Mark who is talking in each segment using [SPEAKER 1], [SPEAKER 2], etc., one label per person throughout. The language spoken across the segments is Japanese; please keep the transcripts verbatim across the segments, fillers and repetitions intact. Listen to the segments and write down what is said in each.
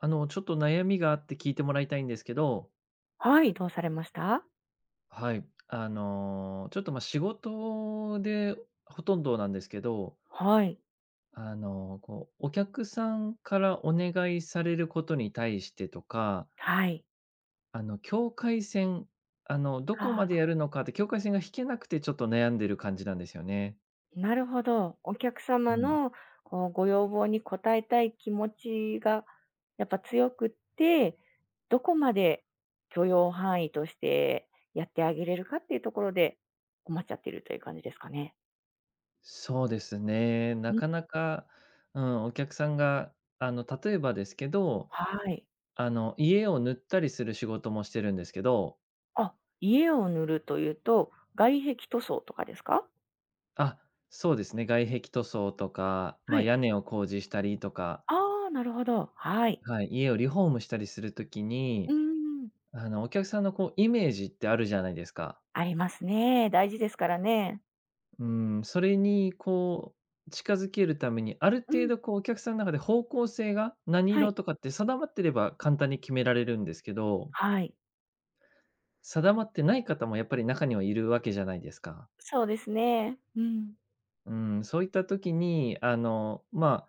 [SPEAKER 1] あの、ちょっと悩みがあって聞いてもらいたいんですけど、
[SPEAKER 2] はい、どうされました？
[SPEAKER 1] はい。あの、ちょっと、ま、仕事でほとんどなんですけど、
[SPEAKER 2] はい。
[SPEAKER 1] あの、こう、お客さんからお願いされることに対してとか、
[SPEAKER 2] はい。
[SPEAKER 1] あの、境界線、あの、どこまで
[SPEAKER 2] あ
[SPEAKER 1] やるのかって境界線が引けなくてちょっと悩んでる感じなんですよね。
[SPEAKER 2] あ、なるほど。お客
[SPEAKER 1] う
[SPEAKER 2] 様
[SPEAKER 1] ん。
[SPEAKER 2] のこうご要望に応えたい気持ちがやっぱ強くって、どこまで許容範囲としてやってあげれるかっていうところで困っちゃってるという感じですかね。
[SPEAKER 1] そうですね。なか
[SPEAKER 2] ん
[SPEAKER 1] なか、うん、お客さんが、あの、例えばですけど、
[SPEAKER 2] はい。
[SPEAKER 1] あの、家を塗ったりする仕事もしてるんですけど、
[SPEAKER 2] あ、家を塗るというと、外壁塗装とかですか？
[SPEAKER 1] あ、そうですね。外壁塗装とか、ま
[SPEAKER 2] は
[SPEAKER 1] あ、
[SPEAKER 2] い。
[SPEAKER 1] 屋根を工事したりとか、
[SPEAKER 2] ああ、なるほど。はい。
[SPEAKER 1] はい、家をリフォームしたりするとき
[SPEAKER 2] うー
[SPEAKER 1] に、
[SPEAKER 2] ん。
[SPEAKER 1] あの、お客さんのこうイメージってあるじゃないですか。
[SPEAKER 2] ありますね。大事ですからね。
[SPEAKER 1] うん、それにこう近づけるために、ある
[SPEAKER 2] う
[SPEAKER 1] 程
[SPEAKER 2] ん。
[SPEAKER 1] 度こうお客さんの中で方向性が何
[SPEAKER 2] は
[SPEAKER 1] 色
[SPEAKER 2] い。
[SPEAKER 1] とかって定まってれば簡単に決められるんですけど、
[SPEAKER 2] はい。
[SPEAKER 1] 定まってない方もやっぱり中にはいるわけじゃないですか。
[SPEAKER 2] そうですね。うん。
[SPEAKER 1] うん、そういった時に、あの、ま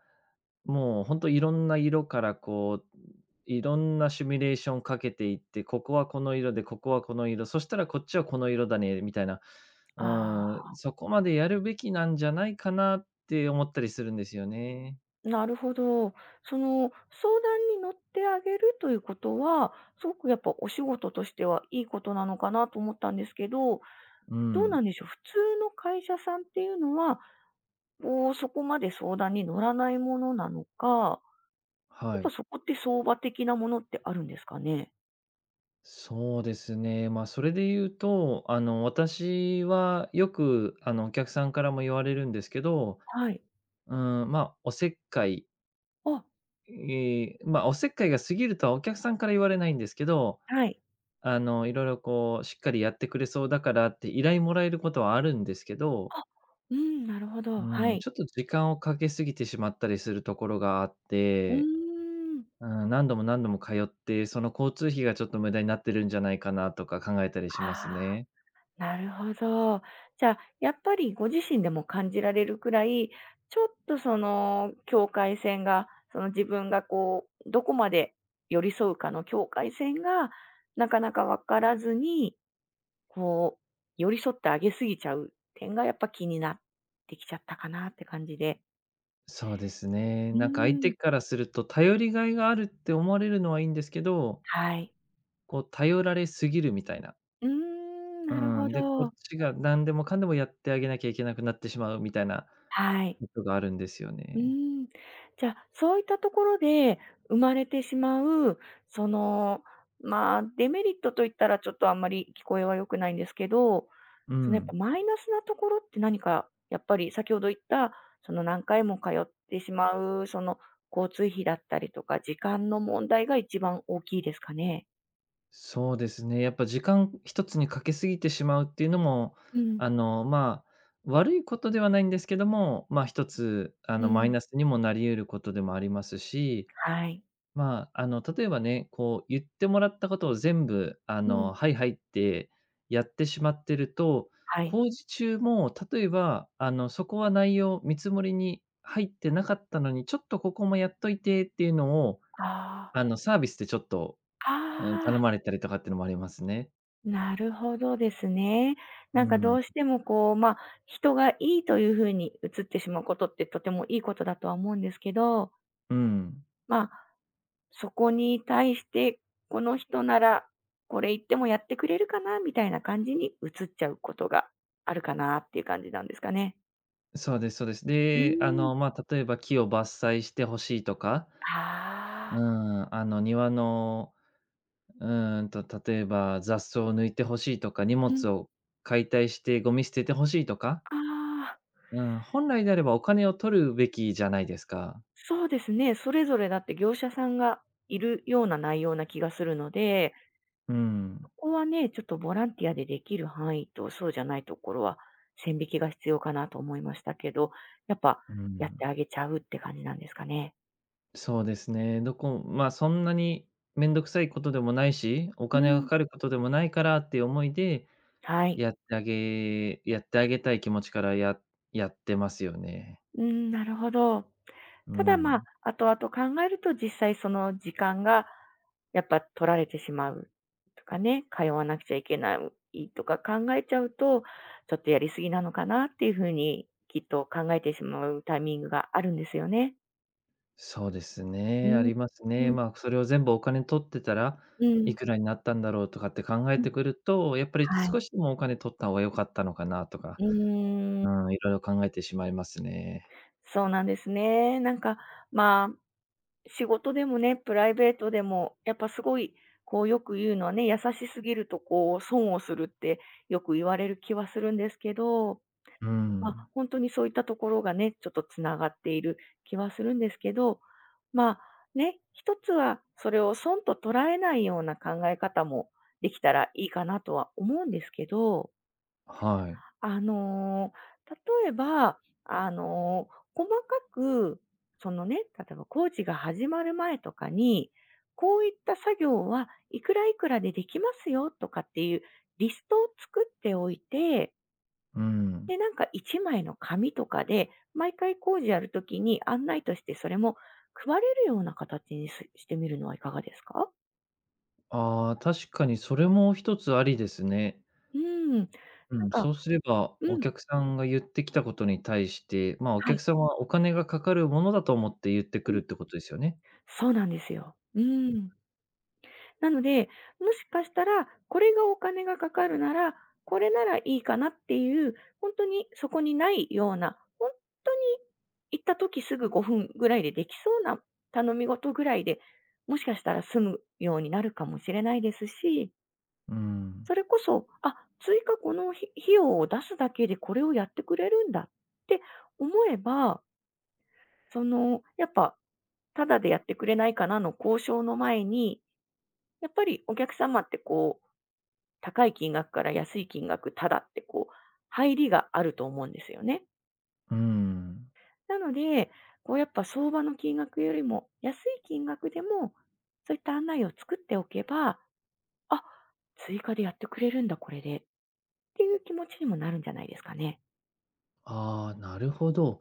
[SPEAKER 1] あ、もう本当いろんな色からこう、いろんなシミュレーションかけていって、ここはこの色で、ここはこの色、そしたらこっちはこの色だねみたいな、うん、
[SPEAKER 2] あ
[SPEAKER 1] そこまでやるべきなんじゃないかなって思ったりするんですよね。
[SPEAKER 2] あ、なるほど。その、相談に乗ってあげるということは、すごくやっぱお仕事としてはいいことなのかなと思ったんですけど、
[SPEAKER 1] う
[SPEAKER 2] どう
[SPEAKER 1] ん、
[SPEAKER 2] なんでしょう。普通の会社さんっていうのは、こう、そこまで相談に乗らないものなのか、や
[SPEAKER 1] は
[SPEAKER 2] っぱ
[SPEAKER 1] い。
[SPEAKER 2] そこって相場的なものってあるんですかね？
[SPEAKER 1] そうですね。まあ、それで言うと、あの、私はよく、あの、お客さんからも言われるんですけど、
[SPEAKER 2] はい。
[SPEAKER 1] うん、まあ、おせっかい
[SPEAKER 2] あ、
[SPEAKER 1] ええ、まあ、おせっかいが過ぎるとはお客さんから言われないんですけど、
[SPEAKER 2] はい。
[SPEAKER 1] あの、いろいろこうしっかりやってくれそうだからって依頼もらえることはあるんですけど、
[SPEAKER 2] あ、うん、なるほど。
[SPEAKER 1] う
[SPEAKER 2] は
[SPEAKER 1] ーん、
[SPEAKER 2] い。
[SPEAKER 1] ちょっと時間をかけすぎてしまったりするところがあっ
[SPEAKER 2] うー
[SPEAKER 1] て、
[SPEAKER 2] ん。
[SPEAKER 1] うーん、何度も何度も通って、その交通費がちょっと無駄になってるんじゃないかなとか考えたりします
[SPEAKER 2] ああ。
[SPEAKER 1] ね。
[SPEAKER 2] なるほど。じゃあ、やっぱりご自身でも感じられるくらい、ちょっとその境界線が、その自分がこう、どこまで寄り添うかの境界線が、なかなかわからずに、こう、寄り添ってあげすぎちゃう点がやっぱ気になってきちゃったかなって感じで。
[SPEAKER 1] そうですね。
[SPEAKER 2] う
[SPEAKER 1] なんか相
[SPEAKER 2] ー
[SPEAKER 1] 手
[SPEAKER 2] ん。
[SPEAKER 1] からすると頼りがいがあるって思われるのはいいんですけど、
[SPEAKER 2] はい。
[SPEAKER 1] こう頼られすぎるみたいな。
[SPEAKER 2] うーん、
[SPEAKER 1] う
[SPEAKER 2] なるほ
[SPEAKER 1] ん、で、こ
[SPEAKER 2] ど。
[SPEAKER 1] っちが何でもかんでもやってあげなきゃいけなくなってしまうみたいな
[SPEAKER 2] はい。
[SPEAKER 1] ことがあるんですよ
[SPEAKER 2] う
[SPEAKER 1] ね。
[SPEAKER 2] ーん。じゃあ、そういったところで生まれてしまう、その、まあ、デメリットといったらちょっとあんまり聞こえは良くないんですけど、
[SPEAKER 1] う
[SPEAKER 2] そのやっぱ
[SPEAKER 1] ん。
[SPEAKER 2] マイナスなところって何か、やっぱり先ほど言った、その何回も通ってしまう、その交通費だったりとか、時間の問題が一番大きいですかね？
[SPEAKER 1] そうですね。やっぱ時間一つにかけすぎてしまうっていうのも、
[SPEAKER 2] うん、
[SPEAKER 1] あの、まあ、悪いことではないんですけども、まあ、一つ、あ
[SPEAKER 2] う
[SPEAKER 1] の、マイ
[SPEAKER 2] ん。
[SPEAKER 1] ナスにもなり得ることでもありますし、
[SPEAKER 2] はい。
[SPEAKER 1] まあ、あの、例えばね、こう言ってもらったことを全部、あ
[SPEAKER 2] う
[SPEAKER 1] の、
[SPEAKER 2] ん。
[SPEAKER 1] はいはいってやってしまってると、
[SPEAKER 2] はい。
[SPEAKER 1] 工事中も例えば、あの、そこは内容、見積もりに入ってなかったのに、ちょっとここもやっといてっていうのを、
[SPEAKER 2] あ
[SPEAKER 1] あの、サービスでちょっと、
[SPEAKER 2] あ、
[SPEAKER 1] うん、頼
[SPEAKER 2] ああ。
[SPEAKER 1] まれたりとかっていうのもありますね。
[SPEAKER 2] なるほどですね。
[SPEAKER 1] う
[SPEAKER 2] なんかど
[SPEAKER 1] ん。
[SPEAKER 2] うしてもこう、まあ、人がいいというふうに映ってしまうことってとてもいいことだとは思うんですけど、
[SPEAKER 1] うん。
[SPEAKER 2] まあ、そこに対して、この人ならこれ言ってもやってくれるかなみたいな感じに映っちゃうことがあるかなっていう感じなんですかね？
[SPEAKER 1] そうですそうです。
[SPEAKER 2] うー
[SPEAKER 1] で、あ
[SPEAKER 2] ん。
[SPEAKER 1] の、まあ、例えば木を伐採してほしいとか、う
[SPEAKER 2] ああ。
[SPEAKER 1] ん、あの、庭のうーんと、例えば雑草を抜いてほしいとか、荷
[SPEAKER 2] うん。
[SPEAKER 1] 物を解体してゴミ捨ててほしいとか、
[SPEAKER 2] ああ、
[SPEAKER 1] うん、本来であればお金を取るべきじゃないですか。
[SPEAKER 2] そうですね。それぞれだって業者さんがいるような内容な気がするので、
[SPEAKER 1] う
[SPEAKER 2] こ
[SPEAKER 1] ん。
[SPEAKER 2] こはね、ちょっとボランティアでできる範囲と、そうじゃないところは線引きが必要かなと思いましたけど、やっぱ
[SPEAKER 1] う
[SPEAKER 2] やっ
[SPEAKER 1] ん。
[SPEAKER 2] てあげちゃうって感じなんですかね。
[SPEAKER 1] そうですね。どこまあ、そんなにめんどくさいことでもないし、お
[SPEAKER 2] う
[SPEAKER 1] 金が
[SPEAKER 2] ん。
[SPEAKER 1] かかることでもないからっていう思いで、
[SPEAKER 2] はい。
[SPEAKER 1] やってあげやってあげたい気持ちからややってますよね。
[SPEAKER 2] うん、なるほど。
[SPEAKER 1] う
[SPEAKER 2] ただまあ、
[SPEAKER 1] ん。
[SPEAKER 2] 後々考えると実際その時間がやっぱ取られてしまうとかね、通わなくちゃいけないとか考えちゃうと、ちょっとやりすぎなのかなっていうふうにきっと考えてしまうタイミングがあるんですよね。
[SPEAKER 1] そうです
[SPEAKER 2] う
[SPEAKER 1] ね、あ
[SPEAKER 2] ん。
[SPEAKER 1] ります
[SPEAKER 2] う
[SPEAKER 1] ね。
[SPEAKER 2] ん。
[SPEAKER 1] まあ、それを全部お金取ってたら、
[SPEAKER 2] う
[SPEAKER 1] い
[SPEAKER 2] ん。
[SPEAKER 1] くらになったんだろうとかって考え
[SPEAKER 2] うん。
[SPEAKER 1] てくると、やっぱり
[SPEAKER 2] はい。
[SPEAKER 1] 少しでもお金取った方が良かったのかなと
[SPEAKER 2] う
[SPEAKER 1] か、
[SPEAKER 2] ーん、
[SPEAKER 1] うん、いろいろ考えてしまいますね。
[SPEAKER 2] そうなんですね。なんか、まあ、仕事でもね、プライベートでも、やっぱすごい、こうよく言うのはね、優しすぎるとこう損をするってよく言われる気はするんですけど、
[SPEAKER 1] う
[SPEAKER 2] ま、あ
[SPEAKER 1] ん。
[SPEAKER 2] 本当にそういったところがね、ちょっとつながっている気はするんですけど、まあ、ね、一つはそれを損と捉えないような考え方もできたらいいかなとは思うんですけど、
[SPEAKER 1] はい。
[SPEAKER 2] あの、例えば、あの、細かく、そのね、例えば工事が始まる前とかに、こういった作業はいくらいくらでできますよとかっていうリストを作っておいて、
[SPEAKER 1] うん。
[SPEAKER 2] で、なんかいちまいの紙とかで、毎回工事やるときに案内としてそれも配れるような形にすしてみるのはいかがですか？
[SPEAKER 1] ああ、確かにそれも一つありですね。
[SPEAKER 2] うん。なん
[SPEAKER 1] うん、
[SPEAKER 2] か
[SPEAKER 1] そうすれば、
[SPEAKER 2] う
[SPEAKER 1] お
[SPEAKER 2] ん、
[SPEAKER 1] 客さんが言ってきたことに対して、まあ、お
[SPEAKER 2] は
[SPEAKER 1] 客
[SPEAKER 2] い、
[SPEAKER 1] さんはお金がかかるものだと思って言ってく
[SPEAKER 2] う
[SPEAKER 1] る
[SPEAKER 2] ん、
[SPEAKER 1] ってことですよね。
[SPEAKER 2] そうなんですよ。うん。なので、もしかしたら、これがお金がかかるなら、これならいいかなっていう、本当にそこにないような、本当に行った時すぐごふんぐらいでできそうな頼み事ぐらいで、もしかしたら済むようになるかもしれないですし、
[SPEAKER 1] うん。
[SPEAKER 2] それこそ、あ、追加このひ費用を出すだけでこれをやってくれるんだって思えば、その、やっぱタダでやってくれないかなの交渉の前に、やっぱりお客様ってこ高い金額から安い金額ただってこう、入りがあると思うんですよね。
[SPEAKER 1] うん。
[SPEAKER 2] なので、こうやっぱ相場の金額よりも安い金額でも、そういった案内を作っておけば、あ、追加でやってくれるんだ、これで。っていう気持ちにもなるんじゃないですかね。
[SPEAKER 1] ああ、なるほど。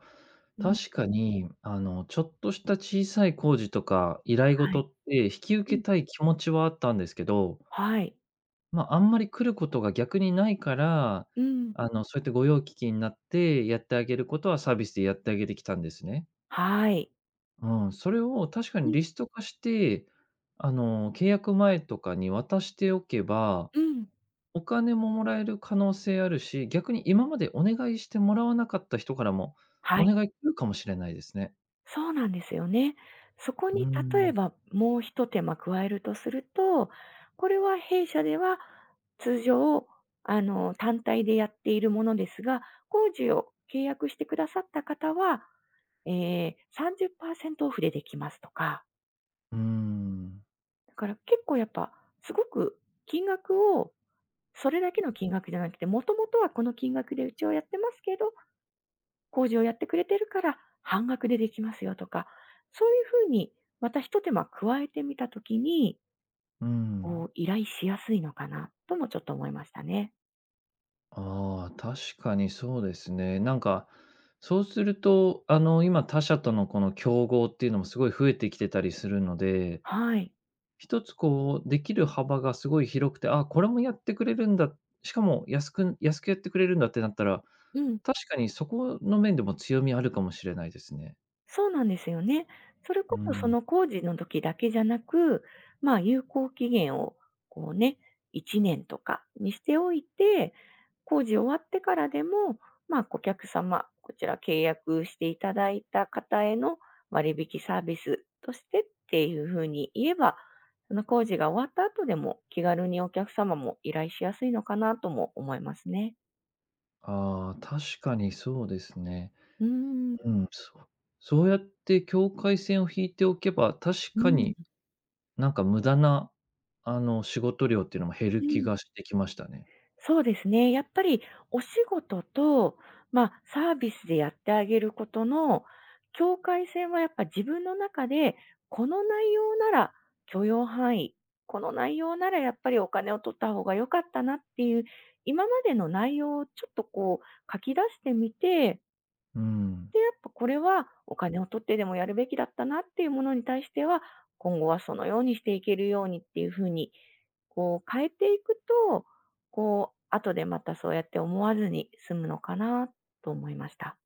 [SPEAKER 2] うん。
[SPEAKER 1] 確かに、あの、ちょっとした小さい工事とか依頼
[SPEAKER 2] は
[SPEAKER 1] 事
[SPEAKER 2] い。
[SPEAKER 1] って引き
[SPEAKER 2] う
[SPEAKER 1] 受
[SPEAKER 2] ん。
[SPEAKER 1] けたい気持ちはあったんですけど、
[SPEAKER 2] はい。
[SPEAKER 1] まあ、あんまり来ることが逆にないから、
[SPEAKER 2] うん。
[SPEAKER 1] あの、そうやって御用聞きになってやってあげることはサービスでやってあげてきたんですね。
[SPEAKER 2] はい。
[SPEAKER 1] うん、それを確か
[SPEAKER 2] う
[SPEAKER 1] に
[SPEAKER 2] ん。
[SPEAKER 1] リスト化して、あの、契約前とかに渡しておけば、
[SPEAKER 2] うん。
[SPEAKER 1] お金ももらえる可能性あるし、逆に今までお願いしてもらわなかった人からも、
[SPEAKER 2] は
[SPEAKER 1] お
[SPEAKER 2] い。
[SPEAKER 1] 願い来るかもしれないですね。
[SPEAKER 2] そうなんですよね。そこ
[SPEAKER 1] うー
[SPEAKER 2] に例え
[SPEAKER 1] ん。
[SPEAKER 2] ばもう一手間加えるとすると、これは弊社では通常、あの、単体でやっているものですが、工事を契約してくださった方は、えさんじゅっパーセントオフでできますとか、
[SPEAKER 1] うーん。
[SPEAKER 2] だから結構やっぱすごく金額を、それだけの金額じゃなくて、もともとはこの金額でうちはやってますけど、工事をやってくれてるから半額でできますよとか、そういうふうにまたひと手間加えてみたときに、
[SPEAKER 1] うー
[SPEAKER 2] こ
[SPEAKER 1] ん。
[SPEAKER 2] う依頼しやすいのかなともちょっと思いましたね。
[SPEAKER 1] ああ、確かにそうですね。なんか、そうすると、あの、今他者とのこの競合っていうのもすごい増えてきてたりするので、
[SPEAKER 2] はい。
[SPEAKER 1] 一つこうできる幅がすごい広くて、あ、これもやってくれるんだ、しかも安く安くやってくれるんだってなったら、
[SPEAKER 2] うん。
[SPEAKER 1] 確かにそこの面でも強みあるかもしれないですね。
[SPEAKER 2] そうなんですよね。それ
[SPEAKER 1] う
[SPEAKER 2] こそそ
[SPEAKER 1] ん。
[SPEAKER 2] の工事の時だけじゃなく、まあ有効期限をこうね、いちねんとかにしておいて、工事終わってからでも、まあ、顧客様、こちら契約していただいた方への割引サービスとしてっていうふうに言えば、その工事が終わった後でも気軽にお客様も依頼しやすいのかなとも思いますね。
[SPEAKER 1] ああ、確かにそうですね。
[SPEAKER 2] うー
[SPEAKER 1] う
[SPEAKER 2] ん。
[SPEAKER 1] ん、そう。そうやって境界線を引いておけば、確
[SPEAKER 2] う
[SPEAKER 1] か
[SPEAKER 2] ん、
[SPEAKER 1] になんか無駄な、あの、仕事量っていうのも減
[SPEAKER 2] う
[SPEAKER 1] る気
[SPEAKER 2] ん。
[SPEAKER 1] がしてきましたね。
[SPEAKER 2] そうですね。やっぱりお仕事と、まあ、サービスでやってあげることの境界線はやっぱ自分の中で、この内容なら許容範囲、この内容ならやっぱりお金を取った方が良かったなっていう、今までの内容をちょっとこう書き出してみて、
[SPEAKER 1] うん。
[SPEAKER 2] で、やっぱこれはお金を取ってでもやるべきだったなっていうものに対しては、今後はそのようにしていけるようにっていう風に、こう変えていくと、こう後でまたそうやって思わずに済むのかなと思いました。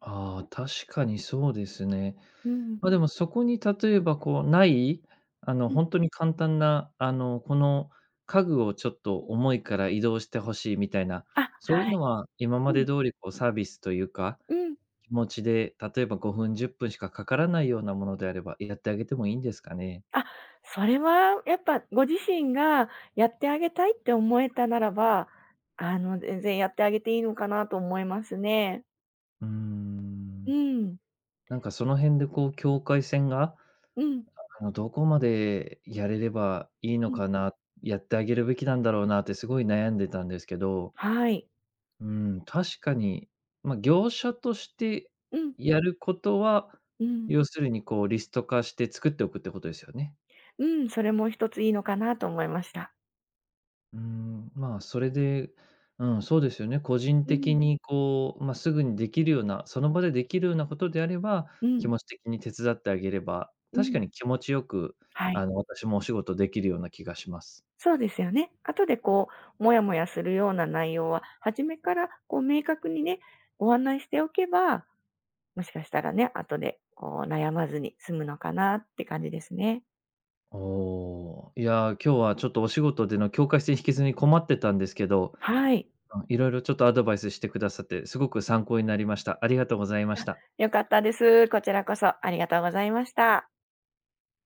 [SPEAKER 1] ああ、確かにそうですね。
[SPEAKER 2] うん。
[SPEAKER 1] まあ、でもそこに例えばこう、ない、あの、
[SPEAKER 2] うん。
[SPEAKER 1] 本当に簡単な、あの、この家具をちょっと重いから移動してほしいみたいな、
[SPEAKER 2] あ、は
[SPEAKER 1] そういうの
[SPEAKER 2] い。
[SPEAKER 1] は今
[SPEAKER 2] う
[SPEAKER 1] まで
[SPEAKER 2] ん。
[SPEAKER 1] 通りこうサービスというか
[SPEAKER 2] うん。
[SPEAKER 1] 気持ちで、例えばごふん、じゅっぷんしかかからないようなものであれば、やってあげてもいいんですかね？
[SPEAKER 2] あ、それはやっぱご自身がやってあげたいって思えたならば、あの、全然やってあげていいのかなと思いますね。
[SPEAKER 1] うー
[SPEAKER 2] う
[SPEAKER 1] ん。
[SPEAKER 2] ん。
[SPEAKER 1] なんかその辺でこう境界線が、
[SPEAKER 2] うん。
[SPEAKER 1] あの、どこまでやれればいい
[SPEAKER 2] う
[SPEAKER 1] の
[SPEAKER 2] ん。
[SPEAKER 1] かな、やってあげるべきなんだろうなってすごい悩んでたんですけど、
[SPEAKER 2] はい。
[SPEAKER 1] うん、確かに、ま、業者として
[SPEAKER 2] うん。
[SPEAKER 1] やることは、
[SPEAKER 2] うん。
[SPEAKER 1] 要するにこうリスト化して作っておくってことですよね？
[SPEAKER 2] うん、それも一ついいのかなと思いました。
[SPEAKER 1] うーん、まあ、それで、うん、そうですよね。個人
[SPEAKER 2] う
[SPEAKER 1] 的
[SPEAKER 2] ん、
[SPEAKER 1] にこう、まあ、すぐにできるような、その場でできるようなことであれば、
[SPEAKER 2] うん、
[SPEAKER 1] 気持ち的に手伝ってあげれば、
[SPEAKER 2] う
[SPEAKER 1] 確
[SPEAKER 2] ん、
[SPEAKER 1] かに気持ちよく、
[SPEAKER 2] はい。
[SPEAKER 1] あの、私もお仕事できるような気がします。
[SPEAKER 2] そうですよね。後でこう、もやもやするような内容は、初めからこう明確にね、ご案内しておけば、もしかしたらね、後でこう悩まずに済むのかなって感じですね。
[SPEAKER 1] おお、いやー、今日はちょっとお仕事での境界線引きずに困ってたんですけど、
[SPEAKER 2] はい。
[SPEAKER 1] うん、いろいろちょっとアドバイスしてくださって、すごく参考になりました。ありがとうございました。
[SPEAKER 2] 良かったです。こちらこそありがとうございました。